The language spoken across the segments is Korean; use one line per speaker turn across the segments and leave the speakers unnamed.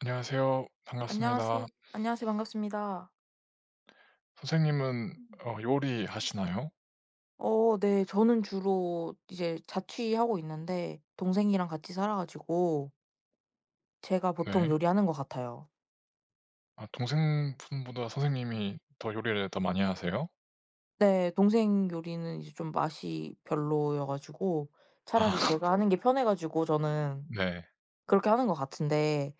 안녕하세요.
안녕하세요.
반갑습니다.
음. 안녕하세요. 반갑습니다.
선생님은
음.
요리하시나요?
네. 저는 주로 이제 자취하고 있는데 동생이랑 같이 살아 가지고 제가 보통
네.
요리하는 것 같아요.
아, 동생분보다 선생님이 더 요리를 더 많이 하세요?
네. 동생 요리는 이제 좀 맛이 별로여 가지고 차라리
아,
제가 하는 게 편해 가지고 저는
네.
그렇게 하는 것 같은데,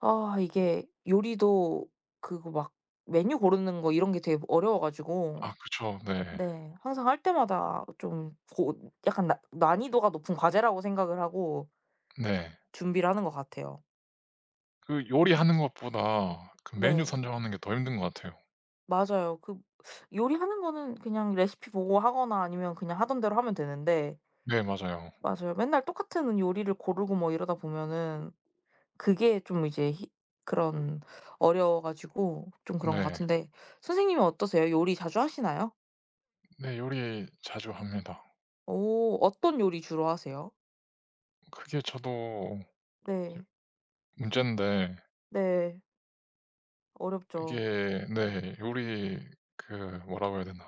아, 이게 요리도 그거 막 메뉴 고르는 거 이런 게 되게 어려워 가지고,
아 그쵸. 네.
네, 항상 할 때마다 좀 고 약간 나 난이도가 높은 과제라고 생각을 하고
네.
준비를 하는 것 같아요.
그 요리하는 것보다 그 메뉴
네.
선정하는 게 더 힘든 것 같아요.
맞아요. 그 요리하는 거는 그냥 레시피 보고 하거나 아니면 그냥 하던 대로 하면 되는데,
네 맞아요.
맞아요, 맨날 똑같은 요리를 고르고 뭐 이러다 보면은 그게 좀 이제 히 그런 어려워 가지고 좀 그런 것
네.
같은데 선생님은 어떠세요? 요리 자주 하시나요?
네 요리 자주 합니다.
오, 어떤 요리 주로 하세요?
그게 저도
네.
문제인데
네. 어렵죠.
이게 네 요리 그 뭐라고 해야 되나,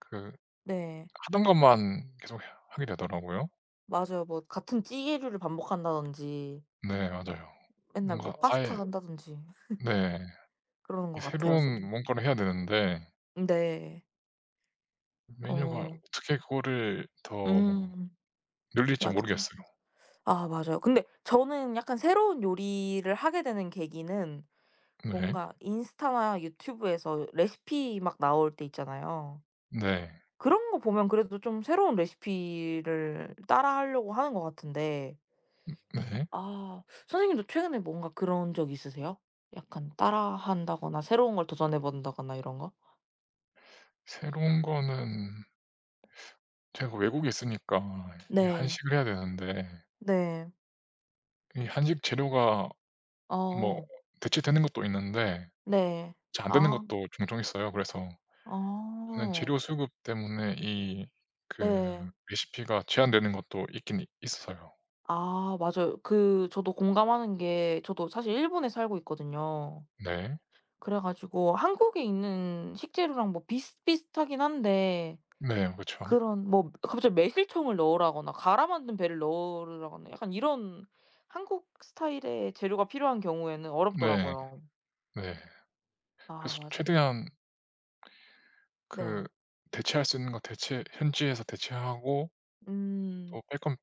그
네.
하던 것만 계속 하게 되더라고요.
맞아요. 뭐 같은 찌개류를 반복한다든지
네 맞아요.
맨날
뭔가
뭐
어. 아예
파스타 한다든지
네.
그러는
이
것 같아요.
새로운 뭔가를 해야 되는데
네.
메뉴가
어.
어떻게 그거를 더
음.
늘릴지
맞아.
모르겠어요.
아 맞아요. 근데 저는 약간 새로운 요리를 하게 되는 계기는
네.
뭔가 인스타나 유튜브에서 레시피 막 나올 때 있잖아요.
네.
그런 거 보면 그래도 좀 새로운 레시피를 따라하려고 하는 것 같은데,
네.
아, 선생님도 최근에 뭔가 그런 적 있으세요? 약간 따라한다거나 새로운 걸 도전해 본다거나 이런 거?
새로운 거는 제가 외국에 있으니까 이게
네.
한식을 해야 되는데
네.
이 한식 재료가 뭐
어.
대체되는 것도 있는데
네.
잘 안 되는
아.
것도 종종 있어요. 그래서 저는
어.
재료 수급 때문에 이 그
네.
레시피가 제한되는 것도 있긴 있어요.
아 맞아요. 그 저도 공감하는 게 저도 사실 일본에 살고 있거든요.
네.
그래 가지고 한국에 있는 식재료랑 뭐 비슷비슷하긴 한데
네 그렇죠.
그런 뭐 갑자기 매실청을 넣으라거나 갈아 만든 배를 넣으라거나 약간 이런 한국 스타일의 재료가 필요한 경우에는
네.
어렵더라고요.
네.
아
그래서
맞아요.
최대한 그
네.
대체할 수 있는 거 대체 현지에서 대체하고
음
또 뺄 건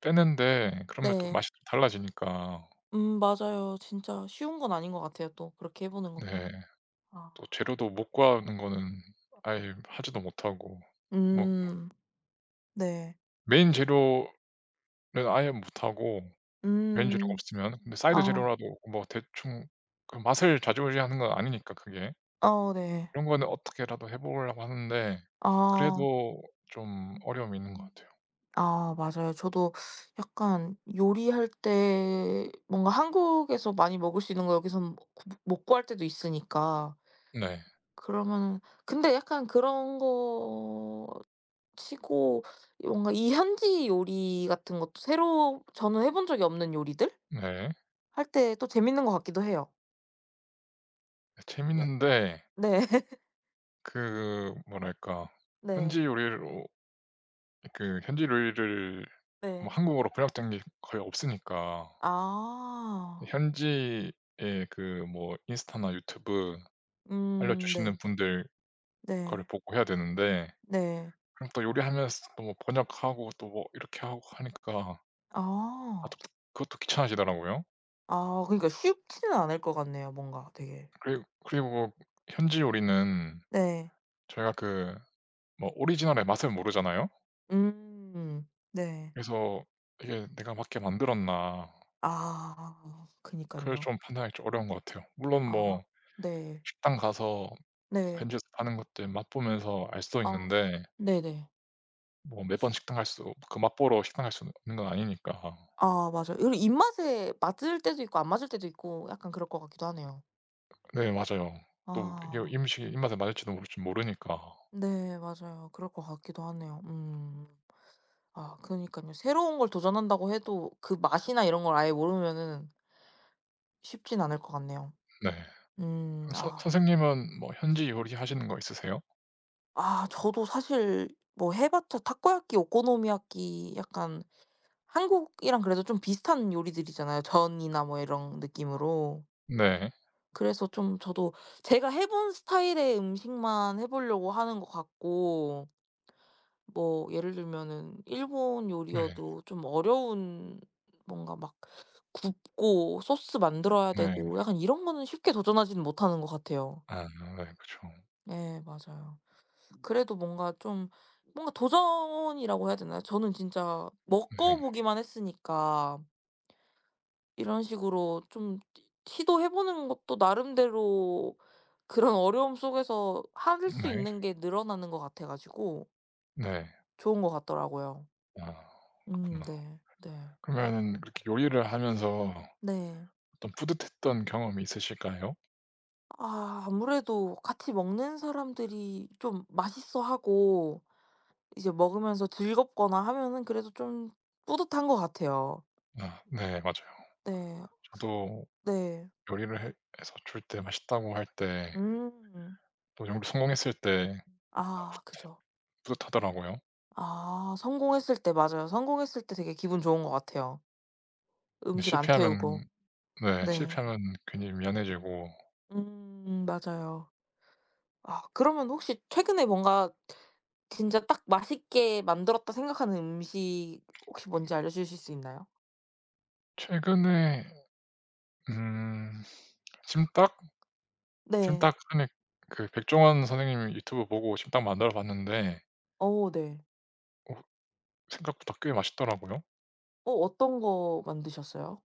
빼는데, 그러면 또
네.
맛이 또 달라지니까.
맞아요. 진짜 쉬운 건 아닌 것 같아요 또 그렇게 해 보는 것도.
네.
아.
또 재료도 못 구하는 거는 아예 하지도 못하고, 뭐
음 네.
메인 재료는 아예 못하고 메인 재료가
음.
없으면, 근데 사이드
아.
재료라도 뭐 대충 그 맛을 좌지우지하는 건 아니니까, 그게.
어 네.
이런 거는 어떻게라도 해 보려고 하는데,
아.
그래도 좀 어려움이 있는 것 같아요.
아 맞아요. 저도 약간 요리할 때 뭔가 한국에서 많이 먹을 수 있는 거 여기선 구 못 구할 때도 있으니까
네.
그러면은 근데 약간 그런 거 치고 이 뭔가 이 현지 요리 같은 것도 새로 저는 해본 적이 없는 요리들
네. 네.
할 때 또 재밌는 것 같기도 해요. 예.
재밌는데
네.
그 뭐랄까 현지
네.
요리로 그 현지 요리를 뭐
네.
한국어로 번역된 게 거의 없으니까
아.
현지의 그 뭐 인스타나 유튜브 알려주시는
네.
분들 거를
네.
보고 해야 되는데,
네.
그럼 또 요리하면서 또 뭐 번역하고 또 뭐 이렇게 하고 하니까 아
아.
또 그것도 귀찮아지더라고요.
아 그러니까 쉽지는 않을 것 같네요 뭔가 되게.
그리고 현지 요리는
네.
저희가 그 뭐 오리지널의 맛을 모르잖아요.
음. 네.
그래서 이게 '내가 맞게 만들었나.'
아
그게
그니깐요.
좀 판단하기 좀 어려운 것 같아요. 물론
아
뭐
네.
식당 가서
네.
현지에서 파는 것들 맛보면서 알 수도
아
있는데,
네네.
뭐 매번 식당 갈 수 그 맛보러 식당 갈 수 있는 건 아니니까.
아 맞아요. 그리고 입맛에 맞을 때도 있고 안 맞을 때도 있고 약간 그럴 것 같기도 하네요.
네 맞아요. 또 이게
아
음식이 입맛에 맞을지도 모를지 모르니까.
네 맞아요. 그럴 것 같기도 하네요. 음. 아 그니깐요. 새로운 걸 도전한다고 해도 그 맛이나 이런 걸 아예 모르면은 쉽진 않을 것 같네요.
네.
음.
그럼 선
아.
선생님은 뭐 현지 요리하시는 거 있으세요?
아 저도 사실 뭐 해 봤자 타코야끼, 오코노미야끼, 약간 한국이랑 그래도 좀 비슷한 요리들이잖아요, 전이나 뭐 이런 느낌으로.
네.
그래서 좀 저도 제가 해본 스타일의 음식만 해 보려고 하는 것 같고, 뭐 예를 들면은 일본
네.
요리여도 좀 어려운 뭔가 막 굽고 소스 만들어야
네.
되고 약간 이런 거는 쉽게 도전하지는 못하는 것 같아요.
아 네 그쵸.
네 맞아요. 그래도 뭔가 좀 뭔가 도전이라고 해야 되나요? 저는 진짜 먹어
네.
보기만 했으니까 이런 식으로 좀 시도해 보는 것도 나름대로 그런 어려움 속에서 할 수
네.
있는 게 늘어나는 것 같아 가지고
네.
좋은 것 같더라고요.
아 그렇구나.
네. 네.
그러면은 그렇게 요리를 하면서
네.
어떤 뿌듯했던 경험이 있으실까요?
아 아무래도 같이 먹는 사람들이 좀 맛있어하고 이제 먹으면서 즐겁거나 하면은 그래도 좀 뿌듯한 것 같아요.
아 네 맞아요.
네.
저도
네.
요리를 해 해서 줄 때 맛있다고 할 때
음.
또 요리 성공했을 때 아
아 그죠.
뿌듯하더라고요.
아 성공했을 때 맞아요. 성공했을 때 되게 기분 좋은 것 같아요.
근데
음식 안
실패하면
태우고.
네
네.
실패하면 괜히 미안해지고.
맞아요. 아 그러면 혹시 최근에 뭔가 진짜 딱 맛있게 만들었다 생각하는 음식 혹시 뭔지 알려주실 수 있나요?
최근에 음 찜닭?
네.
찜닭 전에 그 백종원 선생님 유튜브 보고 찜닭 만들어 봤는데
어 네.
어 생각보다 꽤 맛있더라고요.
어 어떤 거 만드셨어요?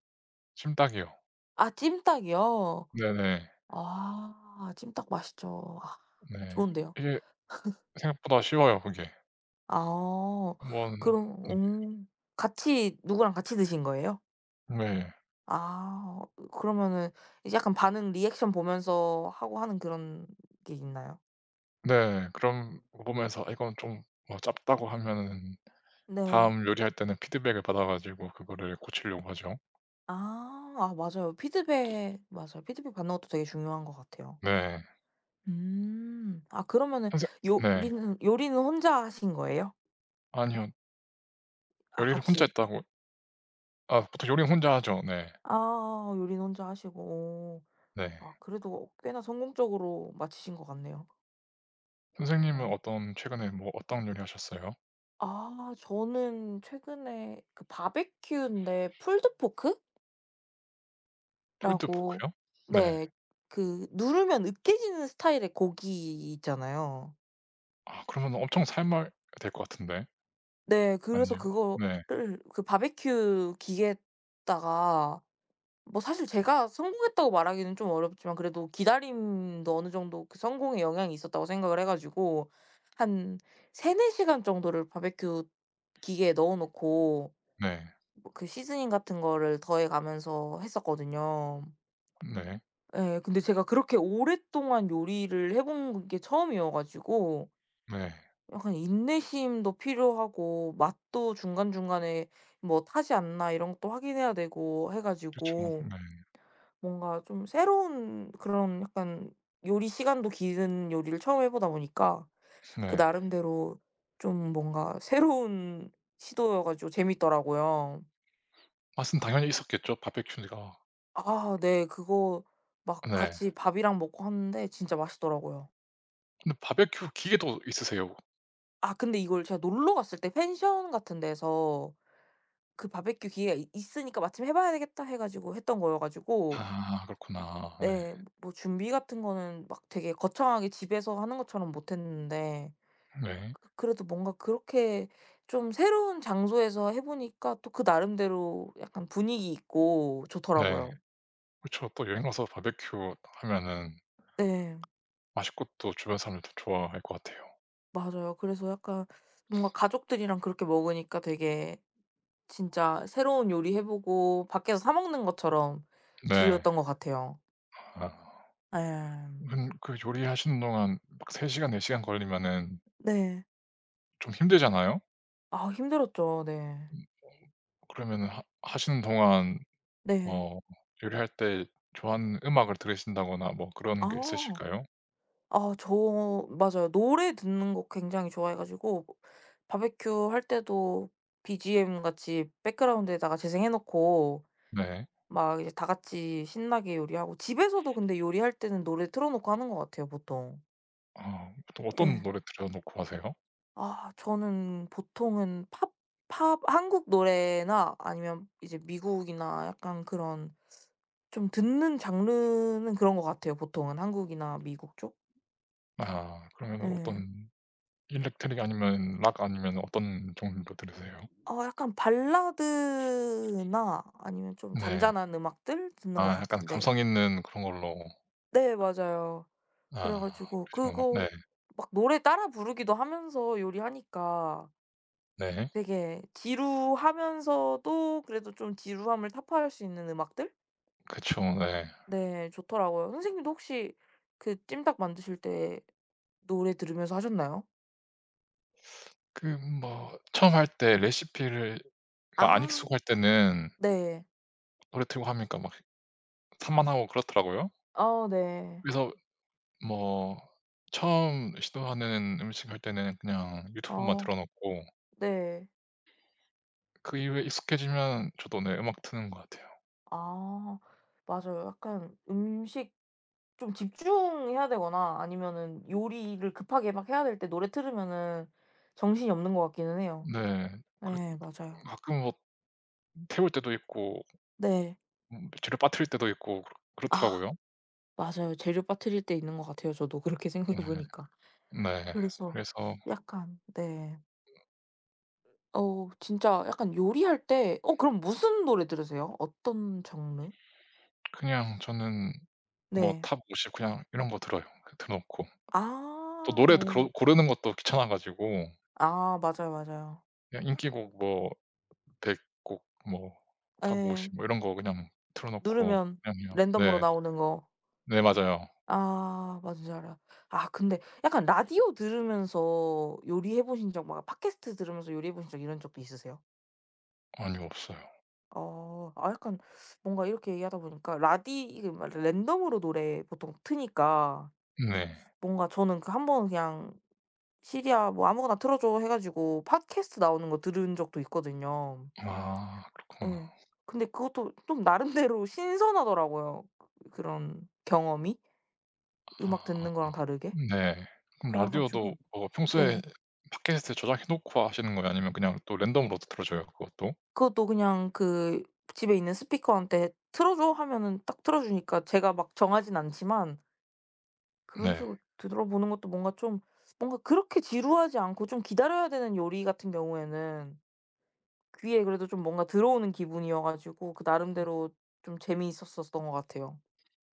찜닭이요.
아 찜닭이요?
네네.
아 찜닭 맛있죠. 아
네.
좋은데요.
이게 생각보다 쉬워요, 그게.
아.
한번
그럼 같이 누구랑 같이 드신 거예요?
네. 네.
아. 그러면은 이제 약간 반응 리액션 보면서 하고 하는 그런 게 있나요?
네. 그런 거 보면서 '아 이건 좀뭐 짭다.'고 하면은
네.
다음 요리할 때는 피드백을 받아 가지고 그거를 고치려고 하죠.
아. 아 맞아요. 피드백 맞아요. 피드백 받는 것도 되게 중요한 것 같아요.
네.
음. 아 그러면은
선생 네.
요리는 혼자 하신 거예요?
아니요.
아
요리를 혼자
같이.
했다고, 아 보통 요리는 혼자 하죠. 네.
아 요리는 혼자 하시고. 오.
네.
아 그래도 꽤나 성공적으로 마치신 것 같네요.
선생님은
어.
어떤 최근에 뭐 어떤 요리 하셨어요?
아 저는 최근에 그 바베큐인데 풀드
Pulled
포크라고,
pork요? 네.
네, 그 누르면 으깨지는 스타일의 고기 있잖아요.
아 그러면 엄청 삶아야 될 것 같은데.
네. 그래서
아니에요? 네.
그거를 그 바베큐 기계에다가 뭐 사실 제가 성공했다고 말하기는 좀 어렵지만 그래도 기다림도 어느 정도 그 성공에 영향이 있었다고 생각을 해 가지고 한 3-4 시간 정도를 바베큐 기계에 넣어 놓고
네.
그 시즈닝 같은 거를 더해 가면서 했었거든요.
네.
예. 근데 제가 그렇게 오랫동안 요리를 해본 게 처음이어 가지고
네.
약간 인내심도 필요하고 맛도 중간중간에 뭐 '타지 않나.' 이런 것도 확인해야 되고 해
그렇죠.
가지고
네.
뭔가 좀 새로운 그런 약간 요리 시간도 긴 요리를 처음 해 보다 보니까 그
네.
나름대로 좀 뭔가 새로운 시도여 가지고 재밌더라고요.
맛은 당연히 있었겠죠, 바베큐가.
아 네. 그거 막
네.
같이 밥이랑 먹고 하는데 진짜 맛있더라고요.
근데 바베큐 기계도 있으세요?
아 근데 이걸 제가 놀러 갔을 때 펜션 같은 데서 그 바베큐 기회가 있 있으니까 '마침 해 봐야 되겠다.' 해 가지고 했던 거여 가지고
아 그렇구나. 네.
네 뭐 준비 같은 거는 막 되게 거창하게 집에서 하는 것처럼 못 했는데
네.
그래도 뭔가 그렇게 좀 새로운 장소에서 해 보니까 또 그 나름대로 약간 분위기 있고
네.
좋더라고요.
그렇죠, 또 여행 가서 바베큐 하면은
네.
맛있고 또 주변 사람들도 좋아할 것 같아요.
맞아요. 그래서 약간 뭔가 가족들이랑 그렇게 먹으니까 되게 진짜 새로운 요리 해 보고 밖에서 사 먹는 것처럼
네.
즐겼던 것 같아요.
아.
예.
그 요리하시는 동안 막 3 시간 4 시간 걸리면은
네.
좀 힘들잖아요?
아 힘들었죠. 네.
음 그러면은 하 하시는 동안
네.
뭐 요리할 때 좋아하는 음악을 들으신다거나 뭐 그런 게
아.
있으실까요?
아 저 맞아요. 노래 듣는 거 굉장히 좋아해 가지고 바베큐 할 때도 BGM 같이 백그라운드에다가 재생해 놓고
네.
막 이제 다 같이 신나게 요리하고 집에서도 근데 요리할 때는 노래 틀어 놓고 하는 것 같아요 보통.
아 보통 어떤
예.
노래 들여 놓고 하세요?
아 저는 보통은 팝 한국 노래나 아니면 이제 미국이나 약간 그런 좀 듣는 장르는 그런 것 같아요 보통은 한국이나 미국 쪽.
아 그러면은
예.
어떤 일렉트릭 아니면 락 아니면 어떤 종류로 들으세요?
어 약간 발라드나 아니면 좀
네.
잔잔한 음악들 듣는 것
아 약간
같은데
감성 있는 그런 걸로.
네 맞아요. 그래
아
가지고
그러시구나. 네.
그거 막 노래 따라 부르기도 하면서 요리하니까
네.
되게 지루하면서도 그래도 좀 지루함을 타파할 수 있는 음악들?
그쵸. 네.
네. 좋더라고요. 선생님도 혹시 그 찜닭 만드실 때 노래 들으면서 하셨나요?
그 뭐 처음 할 때 레시피를 가 안
아
익숙할 때는
네.
노래 틀고 하니까 막 산만하고 그렇더라고요.
어 네.
그래서 뭐 처음 시도하는 음식 할 때는 그냥 유튜브만
어
틀어 놓고
네.
그 이후에 익숙해지면 저도 네 음악 트는 것 같아요.
아 맞아요. 약간 음식 좀 집중해야 되거나 아니면은 요리를 급하게 막 해야 될 때 노래 틀으면은 정신이 없는 것 같기는 해요.
네. 그렇
네, 맞아요.
가끔 뭐 태울 때도 있고
네.
재료 빠뜨릴 때도 있고 그렇
아
그렇더라고요.
맞아요. 재료 빠뜨릴 때 있는 것 같아요 저도 그렇게 생각해
네.
보니까.
네.
그래서
그래서
약간 네. 어 진짜 약간 요리할 때 어 그럼 무슨 노래 들으세요? 어떤 장르?
그냥 저는 뭐
네.
탑 50 그냥 이런 거 들어요, 그 틀어 놓고.
아
또 노래 그러
어.
고르는 것도 귀찮아 가지고
아 맞아요, 맞아요.
그냥 인기곡 뭐 100곡 뭐 탑
예.
50 뭐 이런 거 그냥 틀어 놓고
누르면
그냥 해요.
랜덤으로
네.
나오는 거.
네 맞아요.
아 뭔지 알아요. 아 근데 약간 라디오 들으면서 요리해 보신 적 막 팟캐스트 들으면서 요리해 보신 적 이런 적도 있으세요?
아니요. 없어요.
어. 아 약간 뭔가 이렇게 얘기하다 보니까 라디 이게 막 랜덤으로 노래 보통 트니까
네.
뭔가 저는 그 한 번 그냥 시리아 뭐 아무거나 틀어 줘 해 가지고 팟캐스트 나오는 거 들은 적도 있거든요.
아 그렇구나.
예. 근데 그것도 좀 나름대로 신선하더라고요. 그런 경험이 음악
아
듣는 거랑 다르게.
네. 그럼
그래
라디오도
가지고
뭐 평소에
네.
팟캐스트에 저장해 놓고 하시는 거예요? 아니면 그냥 또 랜덤으로 틀어줘요 그것도?
그것도 그냥 그 집에 있는 스피커한테 "틀어 줘." 하면은 딱 틀어 주니까 제가 막 정하진 않지만 그런
네.
식으로 들어보는 것도 뭔가 좀 뭔가 그렇게 지루하지 않고 좀 기다려야 되는 요리 같은 경우에는 귀에 그래도 좀 뭔가 들어오는 기분이어 가지고 그 나름대로 좀 재미있었었던 것 같아요.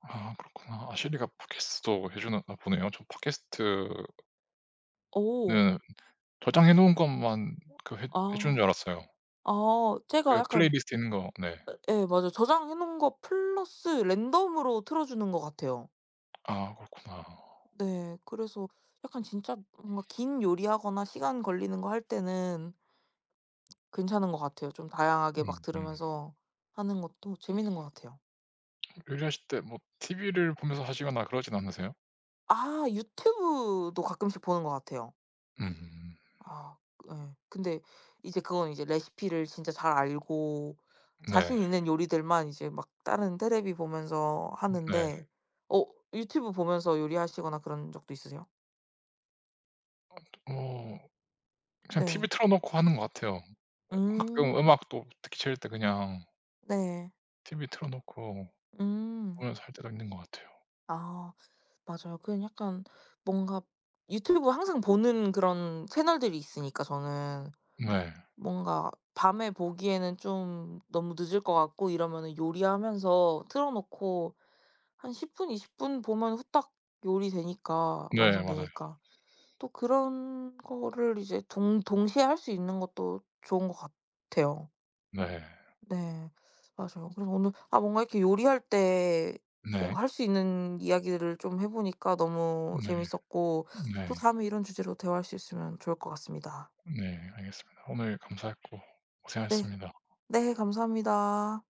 아 그렇구나. 아 실리가 팟캐스트도 해 주나 보네요. 전 팟캐스트는
어.
저장해 놓은 것만 그 해 해 주는
아.
줄 알았어요.
아 제가
그
약간
플레이리스트 있는 거 네.
예 맞아요. 저장해 놓은 거 플러스 랜덤으로 틀어 주는 것 같아요.
아 그렇구나.
네. 그래서 약간 진짜 뭔가 긴 요리하거나 시간 걸리는 거 할 때는 괜찮은 것 같아요. 좀
음
다양하게 막
음.
들으면서 하는 것도 재밌는 것 같아요.
요리하실 때 뭐 TV를 보면서 하시거나 그러진 않으세요?
아 유튜브도 가끔씩 보는 것 같아요.
음. 음.
아 그, 예. 근데 이제 그건 이제 레시피를 진짜 잘 알고
네.
자신 있는 요리들만 이제 막 다른 테레비 보면서
네.
하는데 네. 어 유튜브 보면서 요리하시거나 그런 적도 있으세요?
어 그냥
네.
TV 틀어 놓고 하는 것 같아요. 가끔
음.
음악도 특히 싫을 때 그냥
네.
TV 틀어 놓고
음.
보면서 할 때도 있는 것 같아요.
아 맞아요. 그건 약간 뭔가 유튜브 항상 보는 그런 채널들이 있으니까 저는.
네.
뭔가 밤에 보기에는 좀 너무 늦을 것 같고 이러면은 요리하면서 틀어 놓고 한 10 분, 20분 보면 후딱 요리되니까
네 맞아요.
완성되니까. 또 그런 거를 이제 동 동시에 할 수 있는 것도 좋은 것 같아요.
네.
네. 맞아요. 그래서 오늘 아 뭔가 이렇게 요리할 때
네.
뭔가 할 수 있는 이야기들을 좀 해 보니까 너무
네.
재밌었고 또
네.
다음에 이런 주제로 대화할 수 있으면 좋을 것 같습니다.
네 알겠습니다. 오늘 감사했고
네.
고생하셨습니다.
네. 감사합니다.